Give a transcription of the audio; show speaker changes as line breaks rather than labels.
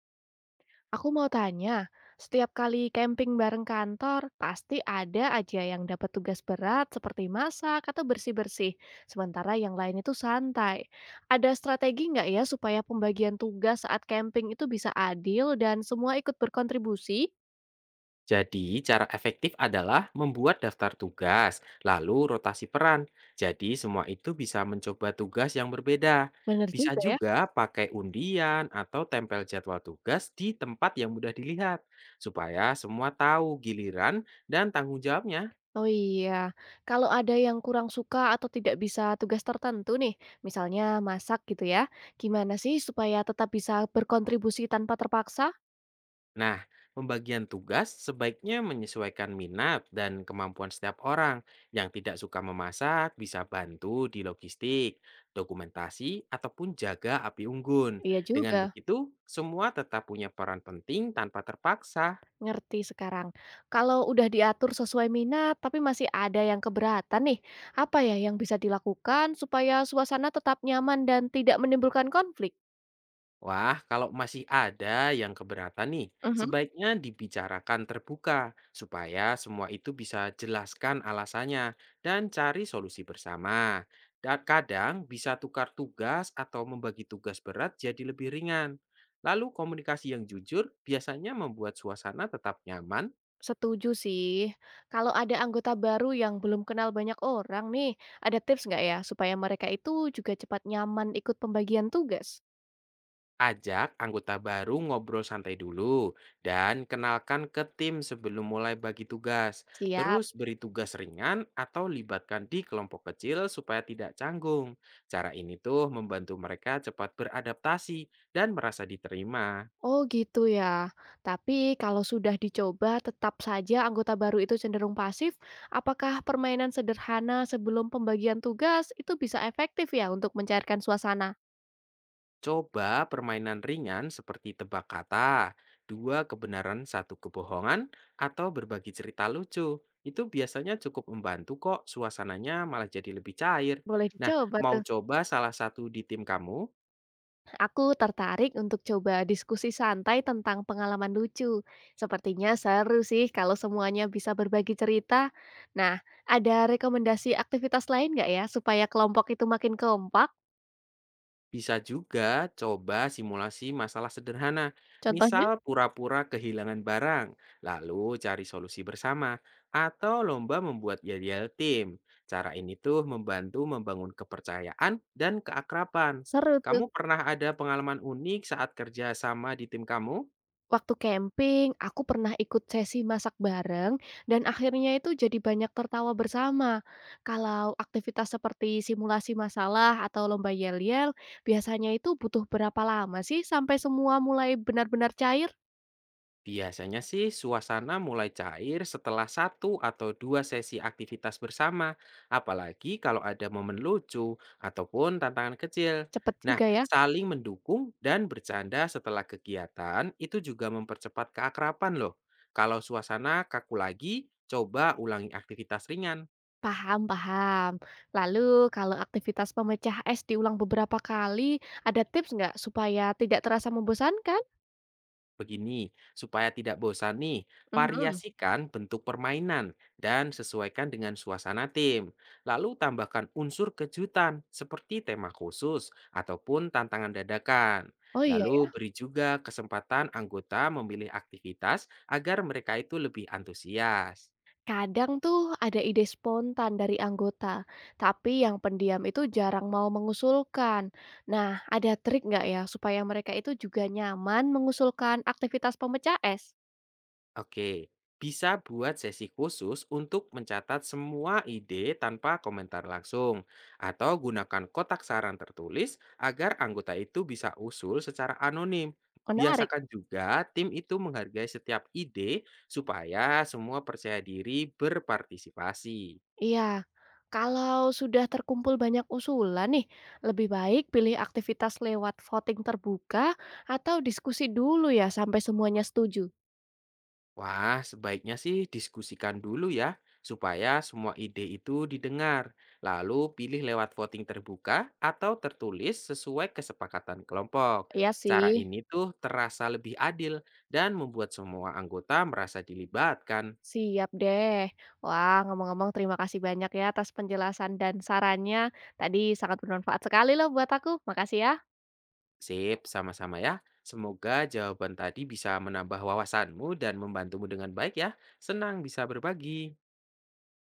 Aku mau tanya, setiap kali camping bareng kantor, pasti ada aja yang dapat tugas berat seperti masak atau bersih-bersih, sementara yang lain itu santai. Ada strategi nggak ya supaya pembagian tugas saat camping itu bisa adil dan semua ikut berkontribusi?
Jadi, cara efektif adalah membuat daftar tugas, lalu rotasi peran. Jadi, semua itu bisa mencoba tugas yang berbeda.
Bener
Bisa
juga ya.
juga pakai undian atau tempel jadwal tugas di tempat yang mudah dilihat, supaya semua tahu giliran dan tanggung jawabnya.
Oh iya, kalau ada yang kurang suka atau tidak bisa tugas tertentu nih, misalnya masak gitu ya, gimana sih supaya tetap bisa berkontribusi tanpa terpaksa?
Nah, pembagian tugas sebaiknya menyesuaikan minat dan kemampuan setiap orang. Yang tidak suka memasak bisa bantu di logistik, dokumentasi, ataupun jaga api unggun.
Iya
Dengan
juga.
begitu, semua tetap punya peran penting tanpa terpaksa.
Ngerti sekarang. Kalau udah diatur sesuai minat, tapi masih ada yang keberatan nih, apa ya yang bisa dilakukan supaya suasana tetap nyaman dan tidak menimbulkan konflik?
Wah, kalau masih ada yang keberatan nih,
Mhm.
sebaiknya dibicarakan terbuka supaya semua itu bisa jelaskan alasannya dan cari solusi bersama. Dan kadang bisa tukar tugas atau membagi tugas berat jadi lebih ringan. Lalu komunikasi yang jujur biasanya membuat suasana tetap nyaman.
Setuju sih. Kalau ada anggota baru yang belum kenal banyak orang nih, ada tips nggak ya supaya mereka itu juga cepat nyaman ikut pembagian tugas?
Ajak anggota baru ngobrol santai dulu dan kenalkan ke tim sebelum mulai bagi tugas.
Siap.
Terus beri tugas ringan atau libatkan di kelompok kecil supaya tidak canggung. Cara ini tuh membantu mereka cepat beradaptasi dan merasa diterima.
Oh gitu ya. Tapi kalau sudah dicoba tetap saja anggota baru itu cenderung pasif, apakah permainan sederhana sebelum pembagian tugas itu bisa efektif ya untuk mencairkan suasana?
Coba permainan ringan seperti tebak kata, dua kebenaran, satu kebohongan, atau berbagi cerita lucu. Itu biasanya cukup membantu kok, suasananya malah jadi lebih cair.
Boleh
Nah,
dicoba
mau
tuh.
coba salah satu di tim kamu?
Aku tertarik untuk coba diskusi santai tentang pengalaman lucu. Sepertinya seru sih kalau semuanya bisa berbagi cerita. Nah, ada rekomendasi aktivitas lain nggak ya supaya kelompok itu makin kompak?
Bisa juga coba simulasi masalah sederhana,
Contohnya?
misal pura-pura kehilangan barang, lalu cari solusi bersama, atau lomba membuat yel-yel tim. Cara ini tuh membantu membangun kepercayaan dan keakraban.
Seru tuh.
Kamu pernah ada pengalaman unik saat kerja sama di tim kamu?
Waktu camping, aku pernah ikut sesi masak bareng dan akhirnya itu jadi banyak tertawa bersama. Kalau aktivitas seperti simulasi masalah atau lomba yel-yel, biasanya itu butuh berapa lama sih sampai semua mulai benar-benar cair?
Biasanya sih suasana mulai cair setelah satu atau dua sesi aktivitas bersama, apalagi kalau ada momen lucu ataupun tantangan kecil.
Cepet
Nah,
juga ya.
saling mendukung dan bercanda setelah kegiatan itu juga mempercepat keakraban loh. Kalau suasana kaku lagi, coba ulangi aktivitas ringan.
Paham, paham. Lalu kalau aktivitas pemecah es diulang beberapa kali, ada tips nggak supaya tidak terasa membosankan?
Begini, supaya tidak bosan nih,
Mhm.
variasikan bentuk permainan dan sesuaikan dengan suasana tim. Lalu tambahkan unsur kejutan seperti tema khusus ataupun tantangan dadakan.
Oh iya.
Lalu beri juga kesempatan anggota memilih aktivitas agar mereka itu lebih antusias.
Kadang tuh ada ide spontan dari anggota, tapi yang pendiam itu jarang mau mengusulkan. Nah, ada trik nggak ya supaya mereka itu juga nyaman mengusulkan aktivitas pemecah es?
Oke, bisa buat sesi khusus untuk mencatat semua ide tanpa komentar langsung, atau gunakan kotak saran tertulis agar anggota itu bisa usul secara anonim.
Menarik.
Biasakan juga tim itu menghargai setiap ide supaya semua percaya diri berpartisipasi.
Iya, kalau sudah terkumpul banyak usulan nih, lebih baik pilih aktivitas lewat voting terbuka atau diskusi dulu ya sampai semuanya setuju.
Wah, sebaiknya sih diskusikan dulu ya, supaya semua ide itu didengar. Lalu pilih lewat voting terbuka atau tertulis sesuai kesepakatan kelompok.
Iya
Cara
sih.
ini tuh terasa lebih adil dan membuat semua anggota merasa dilibatkan.
Siap deh. Wah, ngomong-ngomong terima kasih banyak ya atas penjelasan dan sarannya. Tadi sangat bermanfaat sekali loh buat aku. Makasih ya.
Sip, sama-sama ya. Semoga jawaban tadi bisa menambah wawasanmu dan membantumu dengan baik ya. Senang bisa berbagi.